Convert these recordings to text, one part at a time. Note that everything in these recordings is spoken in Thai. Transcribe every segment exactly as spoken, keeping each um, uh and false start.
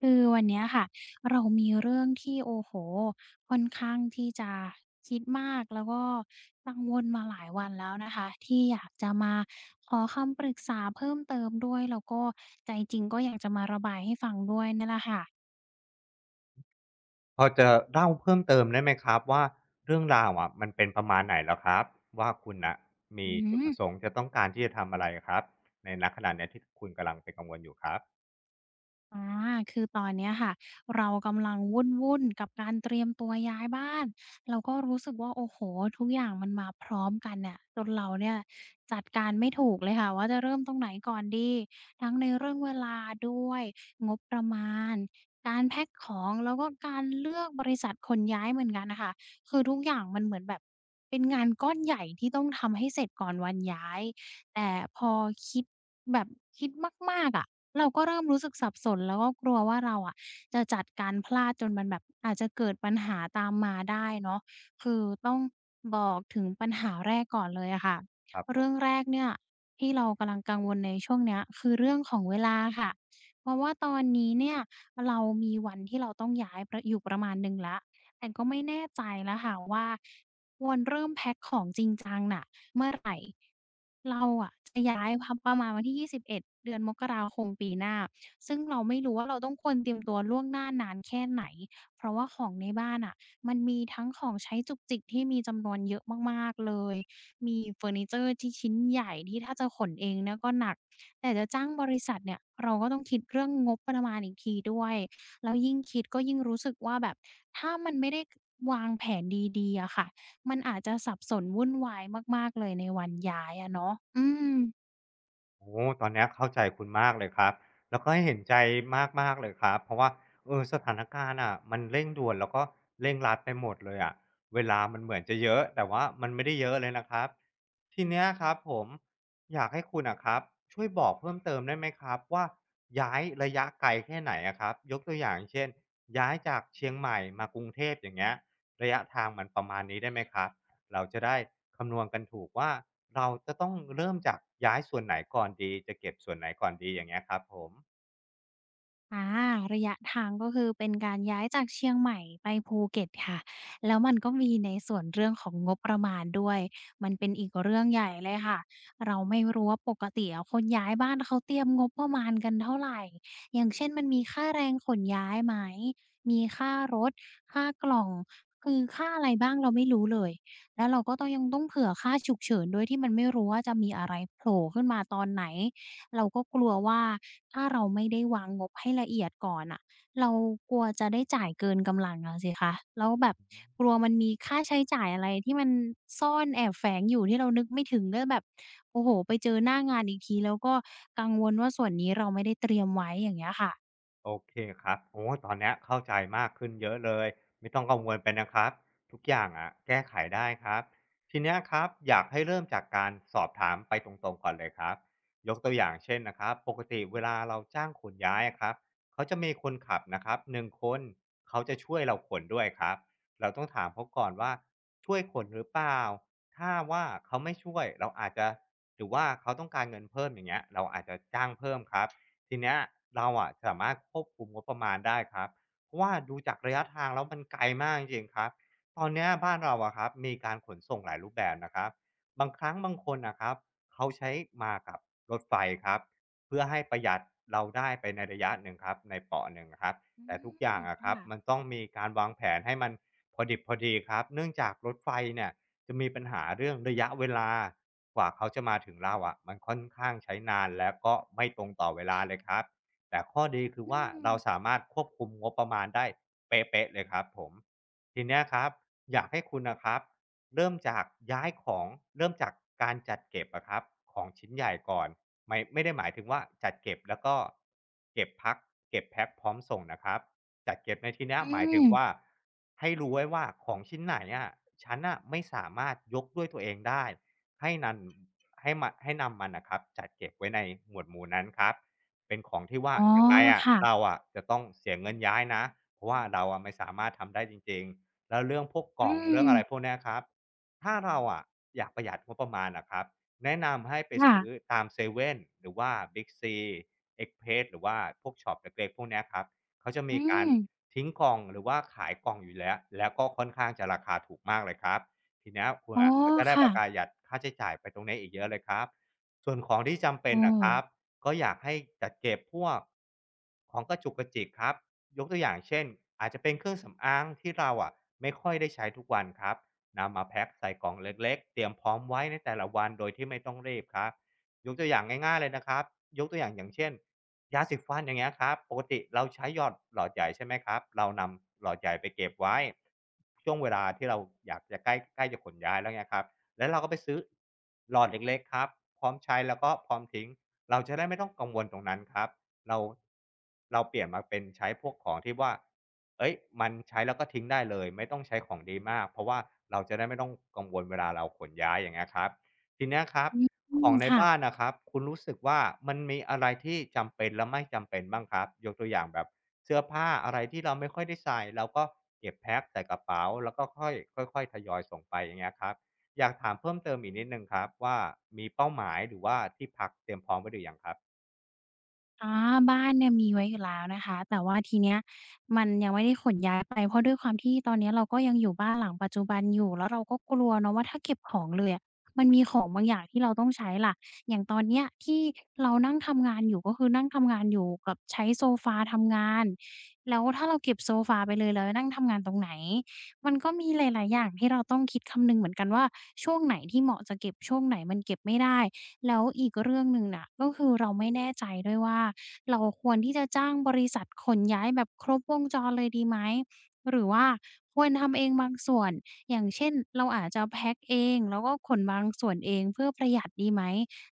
คือวันเนี้ยค่ะเรามีเรื่องที่โอ้โฮค่อนข้างที่จะคิดมากแล้วก็กังวลมาหลายวันแล้วนะคะที่อยากจะมาขอคำปรึกษาเพิ่มเติมด้วยแล้วก็ใจจริงก็อยากจะมาระบายให้ฟังด้วยเนี่ยแหละค่ะพอจะเล่าเพิ่มเติมได้ไหมครับว่าเรื่องราวอะมันเป็นประมาณไหนเหรอครับว่าคุณน่ะมีอืจุดม ประสงค์จะต้องการที่จะทำอะไรครับในณขณะเนี้ยที่คุณกำลังเป็นกังวลอยู่ครับ อาคือตอนเนี้ยค่ะเรากำลังวุ่นๆกับการเตรียมตัวย้ายบ้านเราก็รู้สึกว่าโอ้โหทุกอย่างมันมาพร้อมกันเน่ยจนเราเนี่ยจัดการไม่ถูกเลยค่ะว่าจะเริ่มตรงไหนก่อนดีทั้งในเรื่องเวลาด้วยงบประมาณการแพ็กของแล้วก็การเลือกบริษัทขนย้ายเหมือนกันนะค่ะคือทุกอย่างมันเหมือนแบบเป็นงานก้อนใหญ่ที่ต้องทำให้เสร็จก่อนวันย้ายแต่พอคิดแบบคิดมากๆอะ เราก็เริ่มรู้สึกสับสนแล้วก็กลัวว่าเราอะจะจัดการพลาดจนมันแบบอาจจะเกิดปัญหาตามมาได้เนาะคือต้องบอกถึงปัญหาแรกก่อนเลยอะค่ะเรื่องแรกเนี่ยที่เรากำลังกังวลในช่วงเนี้ยคือเรื่องของเวลาค่ะเพราะว่าตอนนี้เนี่ยเรามีวันที่เราต้องย้ายประอยู่ประมาณหนึ่งแล้วแต่ก็ไม่แน่ใจแล้วค่ะว่า ควรเริ่มแพ็กของจริงจังน่ะเมื่อไหร่เราอะจะย้ายพับประมาณวันที่ยี่สิบเอ็ดเดือนมกราคมปีหน้าซึ่งเราไม่รู้ว่าเราต้องควรเตรียมตัวล่วงหน้านานแค่ไหนเพราะว่าของในบ้านน่ะมันมีทั้งของใช้จุกจิกที่มีจำนวนเยอะมากๆเลยมีเฟอร์นิเจอร์ที่ชิ้นใหญ่ที่ถ้าจะขนเองเนี่ยก็หนักแต่จะจ้างบริษัทเนี่ยเราก็ต้องคิดเรื่องงบประมาณอีกทีด้วยแล้วยิ่งคิดก็ยิ่งรู้สึกว่าแบบถ้ามันไม่ได้วางแผนดีๆอะค่ะ มันอาจจะสับสนวุ่นวายมากๆเลยในวันย้ายอะเนาะอืม โอ้ตอนเนี้ยเข้าใจคุณมากเลยครับแล้วก็ให้เห็นใจมากๆเลยครับเพราะว่าเออสถานการณ์อะมันเร่งด่วนแล้วก็เร่งรัดไปหมดเลยอะเวลามันเหมือนจะเยอะแต่ว่ามันไม่ได้เยอะเลยนะครับทีเนี้ยครับผมอยากให้คุณอะครับช่วยบอกเพิ่มเติมได้ไหมครับว่าย้ายระยะไกลแค่ไหนอะครับยกตัวอย่างเช่นย้ายจากเชียงใหม่มากรุงเทพอย่างเงี้ยระยะทางมันประมาณนี้ได้ไหมครับ เราจะได้คำนวณกันถูกว่าเราจะต้องเริ่มจากย้ายส่วนไหนก่อนดีจะเก็บส่วนไหนก่อนดีอย่างเงี้ยครับผม อาระยะทางก็คือเป็นการย้ายจากเชียงใหม่ไปภูเก็ตค่ะแล้วมันก็มีในส่วนเรื่องของงบประมาณด้วยมันเป็นอีกเรื่องใหญ่เลยค่ะเราไม่รู้ว่าปกติอะคนย้ายบ้านเขาเตรียมงบประมาณกันเท่าไหร่อย่างเช่นมันมีค่าแรงขนย้ายไหมมีค่ารถค่ากล่องคือค่าอะไรบ้างเราไม่รู้เลยแล้วเราก็ต้องยังต้องเผื่อค่าฉุกเฉินด้วยที่มันไม่รู้ว่าจะมีอะไรโผล่ขึ้นมาตอนไหน เราก็กลัวว่าถ้าเราไม่ได้วางงบให้ละเอียดก่อนน่ะเรากลัวจะได้จ่ายเกินกำลังอะสิคะแล้วแบบกลัวมันมีค่าใช้จ่ายอะไรที่มันซ่อนแอบแฝงอยู่ที่เรานึกไม่ถึงก็แบบโอ้โฮไปเจอหน้างานอีกทีแล้วก็กังวลว่าส่วนนี้เราไม่ได้เตรียมไว้อย่างเงี้ยค่ะโอเคครับโอ้ตอนเนี้ยเข้าใจมากขึ้นเยอะเลยไม่ต้องกังวลไปนะครับทุกอย่างอะแก้ไขได้ครับทีเนี้ยครับอยากให้เริ่มจากการสอบถามไปตรงๆก่อนเลยครับยกตัวอย่างเช่นนะครับปกติเวลาเราจ้างขนย้ายอะครับเขาจะมีคนขับนะครับหนึ่งคนเขาจะช่วยเราขนด้วยครับเราต้องถามเขาก่อนว่าช่วยขนหรือเปล่าถ้าว่าเขาไม่ช่วยเราอาจจะหรือว่าเขาต้องการเงินเพิ่มอย่างเงี้ยเราอาจจะจ้างเพิ่มครับ ทีเนี้ยเราอะสามารถควบคุมงบประมาณได้ครับเพราะว่าดูจากระยะทางแล้วมันไกลมากจริงๆครับตอนเนี้ยบ้านเราอะครับมีการขนส่งหลายรูปแบบนะครับบางครั้งบางคนนะครับเขาใช้มากับรถไฟครับเพื่อให้ประหยัดเราได้ไปในระยะหนึ่งครับในเปาะหนึ่งครับอืแต่ทุกอย่ามงอะครัค่ะบมันต้องมีการวางแผนให้มันพอดิบพอดีครับเนื่องจากรถไฟเนี่ย จะมีปัญหาเรื่องระยะเวลากว่าเขาจะมาถึงเราอะะมันค่อนข้างใช้นานและก็ไม่ตรงต่อเวลาเลยครับแต่ข้อดีคืออืว่ามเราสามารถควบคุมงบประมาณได้เป๊ะๆเลยครับผมทีเนี้ยครับอยากให้คุณนะครับเริ่มจากย้ายของเริ่มจากการจัดเก็บอะครับของชิ้นใหญ่ก่อนไม่ไม่ได้หมายถึงว่าจัดเก็บแล้วก็เก็บพักเก็บแพ็คพร้อมส่งนะครับ จัดเก็บในที่เนี้ยอืหมายถึมงว่าให้รู้ไว้ว่าของชิ้นไหนอะฉันน่ะไม่สามารถยกด้วยตัวเองได้ให้นันให้มันให้นำมันน่ะครับจัดเก็บไว้ในหมวดหมู่นั้นครับเป็นของที่ว่าอ๋อยังไงอะเราค่ะอะจะต้องเสียเงินย้ายนะเพราะว่าเราอะไม่สามารถทำได้จริงๆแล้วเรื่องพวกกอืล่องเรื่องอะไรพมวกเนี้ยครับถ้าเราอะอยากประหยัดงบประมาณอะครับแนะนำให้ไปซื้อค่ะตามเซเว่นหรือว่า บิ๊กซี เอ็กซ์เพรส หรือว่าพวกช็อปเล็กๆพวกเนี้ยครับ เขาจะอืมีการมทิ้งกล่องหรือว่าขายกล่องอยู่แล้ว แล้วก็ค่อนข้างจะราคาถูกมากเลยครับทีเนี้ยคุณอ๋ออะก็จะได้ปค่ะระกาหยัดค่าใช้จ่ายไปตรงนี้อีกเยอะเลยครับส่วนของที่จำเป็นโอ้นะครับก็อยากให้จัดเก็บพวกของกระจุกกระจิกครับยกตัวอย่างเช่นอาจจะเป็นเครื่องสำอางที่เราอะไม่ค่อยได้ใช้ทุกวันครับนำมาแพ็คใส่กล่องเล็กๆเตรียมพร้อมไว้ในแต่ละวันโดยที่ไม่ต้องรีบครับ ยกตัวอย่างง่ายๆเลยนะครับยกตัวอย่างอย่างเช่นยาสีฟันอย่างเงี้ยครับปกติเราใช้หยอดหลอดใหญ่ใช่ไหมครับเรานำหลอดใหญ่ไปเก็บไว้ช่วงเวลาที่เราอยากจะใกล้ใกล้จะขนย้ายแล้วเงี้ยครับแล้วเราก็ไปซื้อหลอดเล็กๆครับพร้อมใช้แล้วก็พร้อมทิ้งเราจะได้ไม่ต้องกังวลตรงนั้นครับเราเราเปลี่ยนมาเป็นใช้พวกของที่ว่าเฮ้ยมันใช้แล้วก็ทิ้งได้เลยไม่ต้องใช้ของดีมากเพราะว่าเราจะได้ไม่ต้องกังวลเวลาเราขนย้ายอย่างเงี้ยครับทีเนี้ยครับ อืขอมงในค่ะ บ้านนะครับคุณรู้สึกว่ามันมีอะไรที่จำเป็นและไม่จำเป็นบ้างครับยกตัวอย่างแบบเสื้อผ้าอะไรที่เราไม่ค่อยได้ใส่เราก็เก็บแพ็กใส่กระเป๋าแล้วก็ค่อยค่อยๆทยอยส่งไปอย่างเงี้ยครับอยากถามเพิ่มเติมอีกนิดหนึงครับว่ามีเป้าหมายหรือว่าที่พักเตรียมพร้อมไว้หรือยังครับ อ๋อบ้านเนี่ยมีไว้อยู่แล้วนะคะแต่ว่าทีเนี้ยมันยังไม่ได้ขนย้ายไปเพราะด้วยความที่ตอนเนี้ยเราก็ยังอยู่บ้านหลังปัจจุบันอยู่แล้วเราก็กลัวเนาะว่าถ้าเก็บของเลยอะมันมีของบางอย่างที่เราต้องใช้ล่ะอย่างตอนเนี้ยที่เรานั่งทำงานอยู่ก็คือนั่งทำงานอยู่กับใช้โซฟาทำงานแล้วถ้าเราเก็บโซฟาไปเลยเราจะนั่งทำงานตรงไหนมันก็มีหลายๆอย่างที่เราต้องคิดคำนึงเหมือนกันว่าช่วงไหนที่เหมาะจะเก็บช่วงไหนมันเก็บไม่ได้ แล้วอีกเรื่องหนึ่งน่ะก็คือเราไม่แน่ใจด้วยว่าเราควรที่จะจ้างบริษัทขนย้ายแบบครบวงจรเลยดีไหมหรือว่าควรทำเองบางส่วนอย่างเช่นเราอาจจะแพ็กเองแล้วก็ขนบางส่วนเองเพื่อประหยัดดีไหม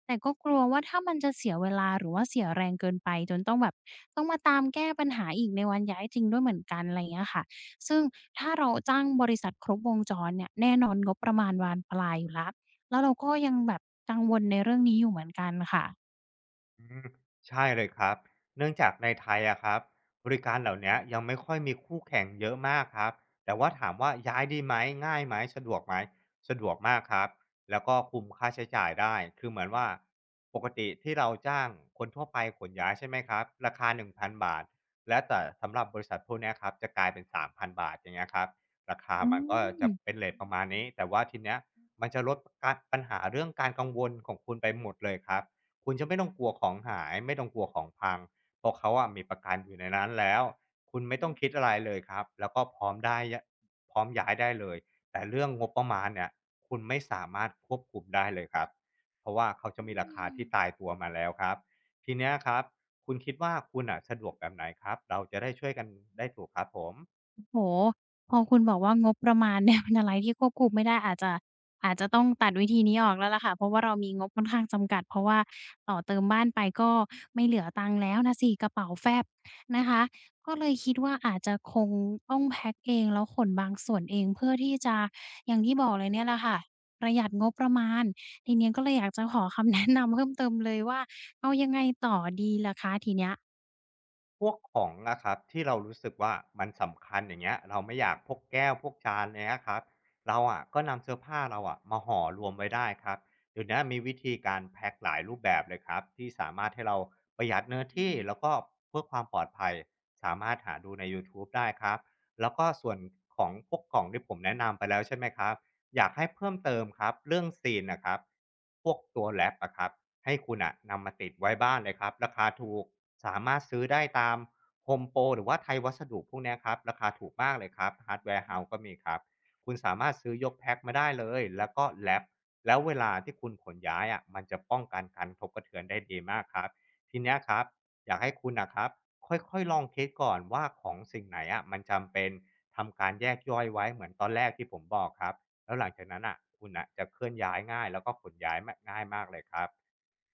แต่ก็กลัวว่าถ้ามันจะเสียเวลาหรือว่าเสียแรงเกินไปจนต้องแบบต้องมาตามแก้ปัญหาอีกในวันย้ายจริงด้วยเหมือนกันอะไรอย่างเงี้ยค่ะซึ่งถ้าเราจ้างบริษัทครบวงจรเนี่ยแน่นอนงบประมาณบานปลายอยู่แล้ว แล้วเราก็ยังแบบกังวลในเรื่องนี้อยู่เหมือนกันค่ะอืมใช่เลยครับเนื่องจากในไทยอะครับบริการเหล่าเนี้ยยังไม่ค่อยมีคู่แข่งเยอะมากครับแต่ว่าถามว่าย้ายดีไหมง่ายไหมสะดวกไหมสะดวกมากครับแล้วก็คุมค่าใช้จ่ายได้คือเหมือนว่าปกติที่เราจ้างคนทั่วไปขนย้ายใช่ไหมครับราคาหนึ่งพันบาทและแต่สำหรับบริษัทพวกเนี้ยครับจะกลายเป็นสามพันบาทอย่างเงี้ยครับราคาอืมันก็จะมเป็นเรทประมาณนี้แต่ว่าทีเนี้ยมันจะลดการปัญหาเรื่องการกังวลของคุณไปหมดเลยครับ คุณจะไม่ต้องกลัวของหายไม่ต้องกลัวของพังเพราะเขาอะมีประกันอยู่ในนั้นแล้วคุณไม่ต้องคิดอะไรเลยครับแล้วก็พร้อมได้ยะพร้อมย้ายได้เลยแต่เรื่องงบประมาณเนี่ยคุณไม่สามารถควบคุมได้เลยครับเพราะว่าเขาจะอืมีราคามที่ตายตัวมาแล้วครับทีเนี้ยครับคุณคิดว่าคุณน่ะสะดวกแบบไหนครับเราจะได้ช่วยกันได้ถูกครับผม โอ้โฮพอคุณบอกว่างบประมาณเนี่ยเป็นอะไรที่ควบคุมไม่ได้อาจจะอาจจะต้องตัดวิธีนี้ออกแล้วล่ะค่ะเพราะว่าเรามีงบค่อนข้างจำกัดเพราะว่าต่อเติมบ้านไปก็ไม่เหลือตังค์แล้วน่ะสิกระเป๋าแฟบนะคะก็เลยคิดว่าอาจจะคงต้องแพ็กเองแล้วขนบางส่วนเองเพื่อที่จะอย่างที่บอกเลยเนี่ยแหละค่ะประหยัดงบประมาณทีเนี้ยก็เลยอยากจะขอคำแนะนำเพิ่มเติมเลยว่าเอา พวกของอะครับที่เรารู้สึกว่ามันสำคัญอย่างเงี้ยเราไม่อยากพกแก้วพกจานเนี้ยครับเราอะก็นำเสื้อผ้าเราอะมาห่อรวมไว้ได้ครับเดี๋ยวนี้มีวิธีการแพ็กหลายรูปแบบเลยครับที่สามารถให้เราประหยัดเนื้อที่แล้วก็เพื่อความปลอดภัยสามารถหาดูในยูทูบได้ครับแล้วก็ส่วนของพวกกล่องที่ผมแนะนำไปแล้วใช่ไหมครับอยากให้เพิ่มเติมครับเรื่องซีนนะครับพวกตัวแรปอะครับให้คุณน่ะนำมาติดไว้บ้านเลยครับราคาถูก สามารถซื้อได้ตาม Home Pro หรือว่าไทยวัสดุพวกเนี้ยครับราคาถูกมากเลยครับ Hardware House ก็มีครับคุณสามารถซื้อยกแพ็กมาได้เลยแล้วก็แรปแล้วเวลาที่คุณขนย้ายอะมันจะป้องกันการกระทบกระเทือนได้ดีมากครับทีเนี้ยครับอยากให้คุณน่ะครับค่อยๆลองคิดก่อนว่าของสิ่งไหนอะมันจำเป็นทำการแยกย่อยไว้เหมือนตอนแรกที่ผมบอกครับแล้วหลังจากนั้นน่ะคุณน่ะจะเคลื่อนย้ายง่ายแล้วก็ขนย้ายมะง่ายมากเลยครับ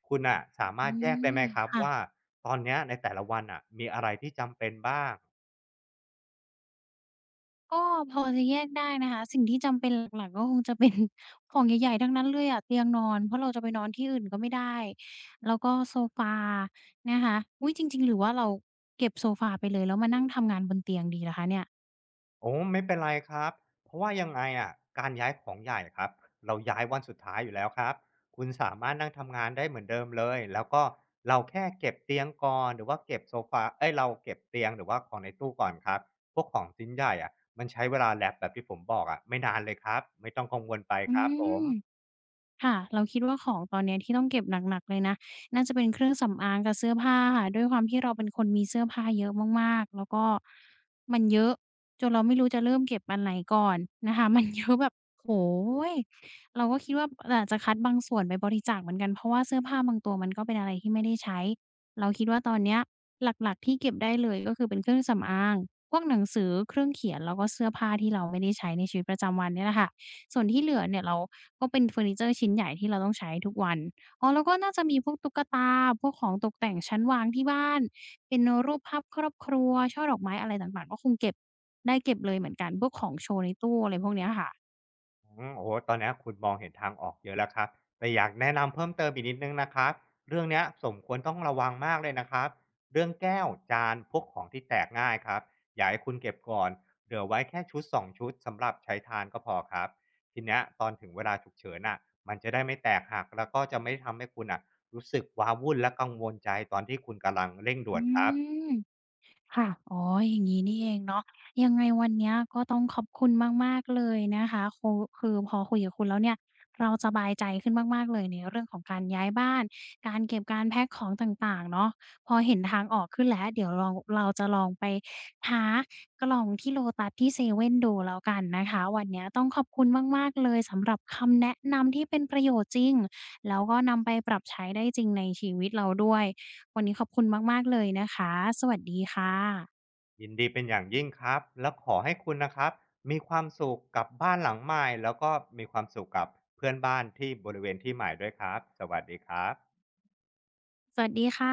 คุณอะสาอืมารถแยกได้มไหมครับว่าค่ะตอนเนี้ยในแต่ละวันอะมีอะไรที่จำเป็นบ้างก็พอจะแยกได้นะคะสิ่งที่จำเป็นหลักๆก็คงจะเป็น ของใหญ่ๆทั้งนั้นเลยอะเตียงนอนเพราะเราจะไปนอนที่อื่นก็ไม่ได้แล้วก็โซฟานะคะอุ๊ยจริงๆหรือว่าเราเก็บโซฟาไปเลยแล้วมานั่งทำงานบนเตียงดีล่ะคะเนี่ยโอ้ไม่เป็นไรครับเพราะว่ายังไงอะการย้ายของใหญ่ครับเราย้ายวันสุดท้ายอยู่แล้วครับคุณสามารถนั่งทำงานได้เหมือนเดิมเลยแล้วก็เราแค่เก็บเตียงก่อนหรือว่าเก็บโซฟาเอ๊ยเราเก็บเตียงหรือว่าของในตู้ก่อนครับพวกของชิ้นใหญ่อะมันใช้เวลาแลบแบบที่ผมบอกอะไม่นานเลยครับไม่ต้องกังวลไปอืครับผม ม ค่ะเราคิดว่าของตอนเนี้ยที่ต้องเก็บหนักๆเลยนะน่าจะเป็นเครื่องสำอางกับเสื้อผ้าค่ะด้วยความที่เราเป็นคนมีเสื้อผ้าเยอะมากๆแล้วก็มันเยอะจนเราไม่รู้จะเริ่มเก็บอันไหนก่อนนะคะ มันเยอะแบบโอ้โฮเราก็คิดว่าอาจจะคัดบางส่วนไปบริจาคเหมือนกันเพราะว่าเสื้อผ้าบางตัวมันก็เป็นอะไรที่ไม่ได้ใช้เราคิดว่าตอนเนี้ยหลักๆที่เก็บได้เลยก็คือเป็นเครื่องสำอางพวกหนังสือเครื่องเขียนแล้วก็เสื้อผ้าที่เราไม่ได้ใช้ในชีวิตประจำวันเนี่ยแหละค่ะส่วนที่เหลือเนี่ยเรา ก็เป็นเฟอร์นิเจอร์ชิ้นใหญ่ที่เราต้องใช้ทุกวันอ๋อแล้วก็น่าจะมีพวกตุ๊กตา พวกของตกแต่งชั้นวางที่บ้าน เป็นรูปภาพครอบครัว ช่อดอกไม้อะไรต่างๆก็คงเก็บได้เก็บเลยเหมือนกันพวกของโชว์ในตู้อะไรพวกเนี้ยค่ะ อืมโอ้โหตอนนี้คุณมองเห็นทางออกเยอะแล้วครับแต่อยากแนะนำเพิ่มเติมอีกนิดหนึ่งนะครับเรื่องเนี้ยสมควรต้องระวังมากเลยนะครับเรื่องแก้วจานพวกของที่แตกง่ายครับอยากให้คุณเก็บก่อนเหลือไว้แค่ชุดสองชุดสำหรับใช้ทานก็พอครับทีเนี้ยตอนถึงเวลาฉุกเฉินอ่ะมันจะได้ไม่แตกหักแล้วก็จะไม่ทำให้คุณอ่ะรู้สึกว้าวุ่นและกังวลใจตอนที่คุณกำลังเร่งด่อืวนครับ ม ค่ะอ๋ออย่างนี้นี่เองเนาะยังไงวันเนี้ยก็ต้องขอบคุณมากๆเลยนะคะโคคือพอคุยกับคุณแล้วเนี่ยเราสบายใจขึ้นมากๆเลยในเรื่องของการย้ายบ้านการเก็บการแพ็กของต่างๆเนาะ พอเห็นทางออกขึ้นแล้วเดี๋ยวลองเราจะลองไปหากล่องที่ โลตัส ที่เซเว่นดูแล้วกันนะคะวันเนี้ยต้องขอบคุณมากๆเลยสำหรับคำแนะนำที่เป็นประโยชน์จริงแล้วก็นำไปปรับใช้ได้จริงในชีวิตเราด้วย วันนี้ขอบคุณมากๆเลยนะคะ สวัสดีค่ะ ยินดีเป็นอย่างยิ่งครับ แล้วขอให้คุณนะครับมีความสุขกับบ้านหลังใหม่แล้วก็มีความสุขกับเพื่อนบ้านที่บริเวณที่ใหม่ด้วยครับ สวัสดีครับสวัสดีค่ะ